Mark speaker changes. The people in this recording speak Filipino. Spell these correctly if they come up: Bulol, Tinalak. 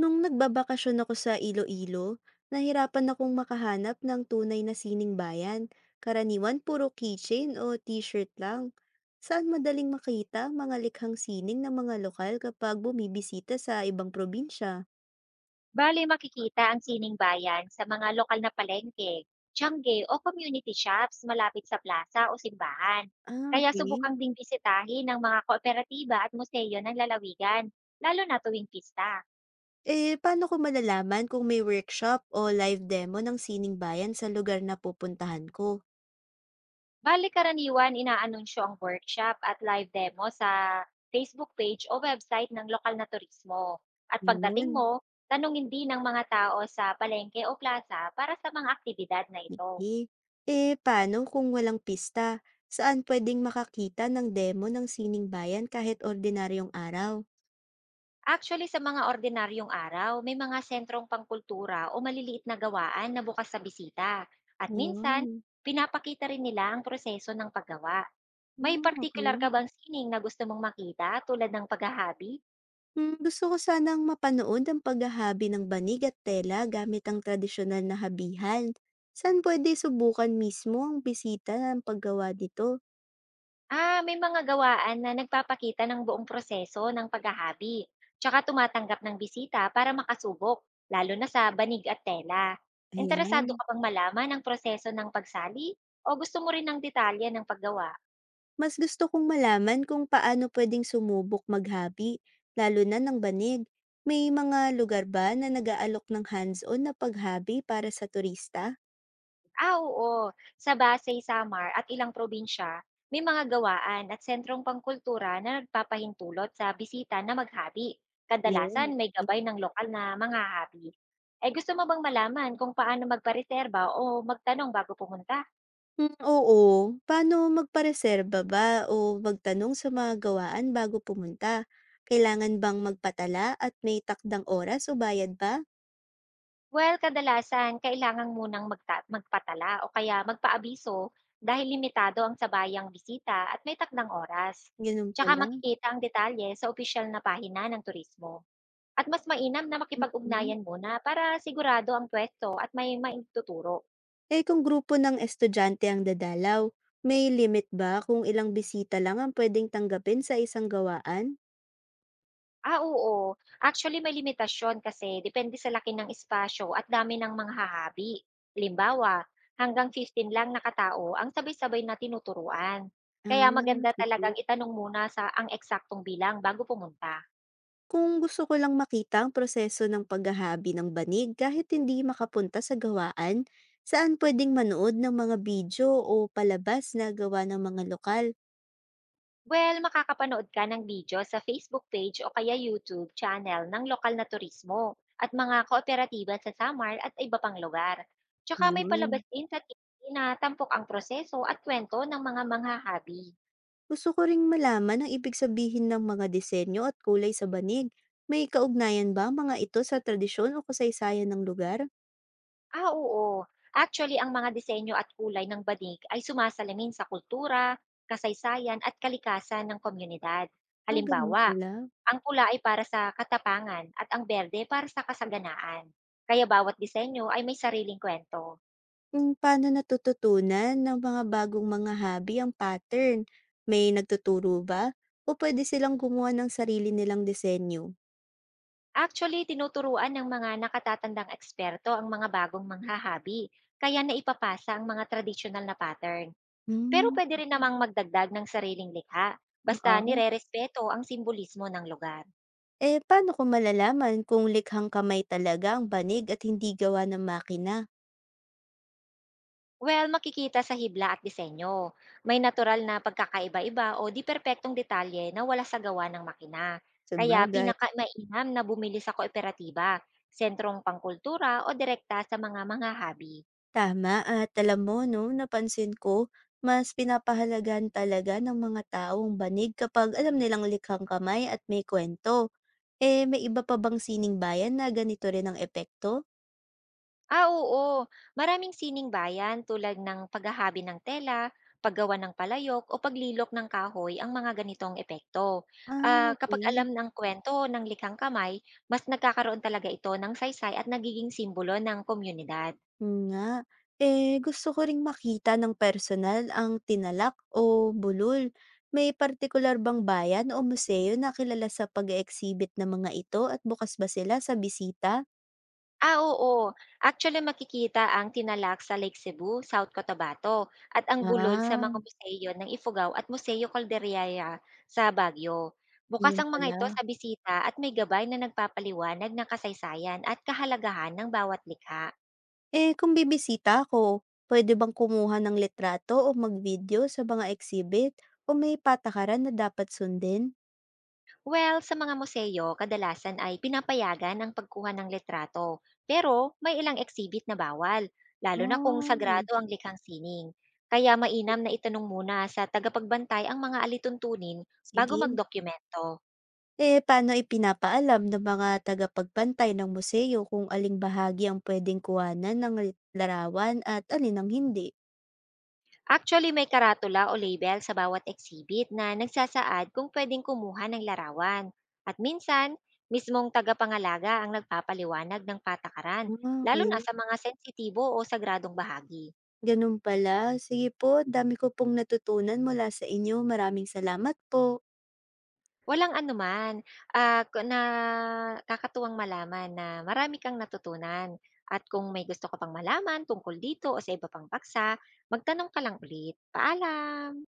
Speaker 1: Nung nagbabakasyon ako sa Iloilo, nahirapan akong makahanap ng tunay na sining bayan. Karaniwan puro keychain o t-shirt lang. Saan madaling makita mga likhang sining ng mga lokal kapag bumibisita sa ibang probinsya?
Speaker 2: Bale makikita ang sining bayan sa mga lokal na palengke, tiyangge o community shops malapit sa plaza o simbahan.
Speaker 1: Ah,
Speaker 2: Kaya
Speaker 1: okay.
Speaker 2: subukang ding bisitahin ng mga kooperatiba at museo ng lalawigan, lalo na tuwing pista.
Speaker 1: Eh, paano ko malalaman kung may workshop o live demo ng sining bayan sa lugar na pupuntahan ko?
Speaker 2: Bale karaniwan inaanunsyo ang workshop at live demo sa Facebook page o website ng lokal na turismo. At pagdating
Speaker 1: Yun.
Speaker 2: mo, tanungin din ng mga tao sa palengke o plaza para sa mga aktibidad na ito.
Speaker 1: Sige. Eh, paano kung walang pista? Saan pwedeng makakita ng demo ng sining bayan kahit ordinaryong araw?
Speaker 2: Actually, sa mga ordinaryong araw, may mga sentrong pangkultura o maliliit na gawaan na bukas sa bisita. At minsan,
Speaker 1: Ayun.
Speaker 2: pinapakita rin nila ang proseso ng paggawa. May
Speaker 1: Hmm,
Speaker 2: particular ka
Speaker 1: okey.
Speaker 2: bang sining na gusto mong makita tulad ng paghahabi?
Speaker 1: Hmm, gusto ko sanang mapanood ang paghahabi ng banig at tela gamit ang tradisyonal na habihan. Saan pwede subukan mismo ang bisita ng paggawa dito?
Speaker 2: Ah, may mga gawaan na nagpapakita ng buong proseso ng paghahabi. Tsaka tumatanggap ng bisita para makasubok, lalo na sa banig at tela.
Speaker 1: Ayan.
Speaker 2: Interesado ka bang malaman ang proseso ng pagsali? O gusto mo rin ng detalye ng paggawa?
Speaker 1: Mas gusto kong malaman kung paano pwedeng sumubok maghabi, lalo na ng banig. May mga lugar ba na nag-aalok ng hands-on na paghabi para sa turista?
Speaker 2: Ah, oo. Sa Pasay, Samar at ilang probinsya, may mga gawaan at sentrong pangkultura na nagpapahintulot sa bisita na maghabi. Kadalasan
Speaker 1: Yun.
Speaker 2: may gabay ng lokal na mga habi. Eh gusto mo bang malaman kung paano magpareserba o magtanong bago pumunta?
Speaker 1: Mm, oo. Paano magpareserba ba o magtanong sa mga gawaan bago pumunta? Kailangan bang magpatala at may takdang oras o bayad ba?
Speaker 2: Well, kadalasan kailangan munang magpatala o kaya magpaabiso dahil limitado ang sabayang bisita at may takdang oras.
Speaker 1: Ganun
Speaker 2: Tsaka
Speaker 1: pala.
Speaker 2: makikita ang detalye sa opisyal na pahina ng turismo. At mas mainam na
Speaker 1: Mm-mm.
Speaker 2: makipag-ugnayan muna para sigurado ang pwesto at may maituturo.
Speaker 1: Eh kung grupo ng estudyante ang dadalaw, may limit ba kung ilang bisita lang ang pwedeng tanggapin sa isang gawaan?
Speaker 2: Ah, oo. Actually, may limitasyon kasi depende sa laki ng espasyo at dami ng mga hahabi. Halimbawa, hanggang 15 lang nakatao ang sabay-sabay na tinuturuan. Kaya
Speaker 1: Ah,
Speaker 2: maganda talagang
Speaker 1: sige.
Speaker 2: itanong muna sa ang eksaktong bilang bago pumunta.
Speaker 1: Kung gusto ko lang makita ang proseso ng paghahabi ng banig kahit hindi makapunta sa gawaan, saan pwedeng manood ng mga video o palabas na gawa ng mga lokal?
Speaker 2: Well, makakapanood ka ng video sa Facebook page o kaya YouTube channel ng lokal na turismo at mga kooperatiba sa Samar at iba pang lugar. Tsaka may palabas
Speaker 1: Yun.
Speaker 2: din sa TV na tampok ang proseso at kwento ng mga manghahabi.
Speaker 1: Gusto ko ring malaman ang ibig sabihin ng mga disenyo at kulay sa banig. May kaugnayan ba ang mga ito sa tradisyon o kasaysayan ng lugar?
Speaker 2: Ah, oo. Actually, ang mga disenyo at kulay ng banig ay sumasalamin sa kultura, kasaysayan at kalikasan ng komunidad.
Speaker 1: Ah, ganun
Speaker 2: Halimbawa,
Speaker 1: pala.
Speaker 2: ang pula ay para sa katapangan at ang berde para sa kasaganaan. Kaya bawat disenyo ay may sariling kwento.
Speaker 1: Kung paano natututunan ng mga bagong hobby ang pattern? May nagtuturo ba? O pwede silang gumawa ng sarili nilang disenyo?
Speaker 2: Actually, tinuturuan ng mga nakatatandang eksperto ang mga bagong manghahabi, kaya naipapasa ang mga traditional na pattern. Pero
Speaker 1: Hmm.
Speaker 2: pwede rin namang magdagdag ng sariling likha, basta
Speaker 1: Oo.
Speaker 2: nirerespeto ang simbolismo ng lugar.
Speaker 1: Eh, paano ko malalaman kung likhang kamay talaga ang banig at hindi gawa ng makina?
Speaker 2: Well, makikita sa hibla at disenyo. May natural na pagkakaiba-iba o di perpektong detalye na wala sa gawa ng makina. Kaya
Speaker 1: Sabagay.
Speaker 2: pinakamainam na bumili sa kooperatiba, sentrong pangkultura o direkta sa mga habi.
Speaker 1: Tama, at alam mo, no, napansin ko, mas pinapahalagan talaga ng mga taong banig kapag alam nilang likhang kamay at may kwento. Eh, may iba pa bang sining bayan na ganito rin ang epekto?
Speaker 2: Ah, oo. Maraming sining bayan tulad ng paghahabi ng tela, paggawa ng palayok o paglilok ng kahoy ang mga ganitong epekto.
Speaker 1: Ah,
Speaker 2: Ah, kapag
Speaker 1: okay.
Speaker 2: alam ng kwento ng likhang kamay, mas nagkakaroon talaga ito ng saysay at nagiging simbolo ng komunidad.
Speaker 1: Yun nga. Eh, gusto ko ring makita ng personal ang Tinalak o Bulol. May partikular bang bayan o museo na kilala sa pag exhibit ng mga ito at bukas ba sila sa bisita?
Speaker 2: Ah, oo. Actually, makikita ang Tinalak sa Lake Cebu, South Cotabato, at ang Bulol sa
Speaker 1: Ah,
Speaker 2: mga museo ng Ifugao at Museo Calderaya sa Baguio. Bukas
Speaker 1: yun
Speaker 2: ang mga ito
Speaker 1: pala.
Speaker 2: sa bisita at may gabay na nagpapaliwanag ng kasaysayan at kahalagahan ng bawat likha.
Speaker 1: Eh, kung bibisita ako, pwede bang kumuha ng litrato o mag-video sa mga exhibit o may patakaran na dapat sundin?
Speaker 2: Well, sa mga museo, kadalasan ay pinapayagan ang pagkuha ng litrato. Pero may ilang exhibit na bawal, lalo na kung
Speaker 1: Ah,
Speaker 2: sagrado ang likhang sining. Kaya mainam na itanong muna sa tagapagbantay ang mga alituntunin bago
Speaker 1: sige.
Speaker 2: magdokumento.
Speaker 1: Eh, paano ipinapaalam ng mga tagapagbantay ng museo kung aling bahagi ang pwedeng kuhanan ng larawan at alin ang hindi?
Speaker 2: Actually, may karatula o label sa bawat exhibit na nagsasaad kung pwedeng kumuha ng larawan. At minsan, mismong tagapangalaga ang nagpapaliwanag ng patakaran,
Speaker 1: Ah,
Speaker 2: lalo na
Speaker 1: okey.
Speaker 2: sa mga sensitibo o sagradong bahagi.
Speaker 1: Gano'n pala. Sige po, dami ko pong natutunan mula sa inyo. Maraming salamat po.
Speaker 2: Walang anuman, ah, ku nakakatuwang malaman na marami kang natutunan, at kung may gusto ka pang malaman tungkol dito o sa iba pang paksa, magtanong ka lang ulit. Paalam.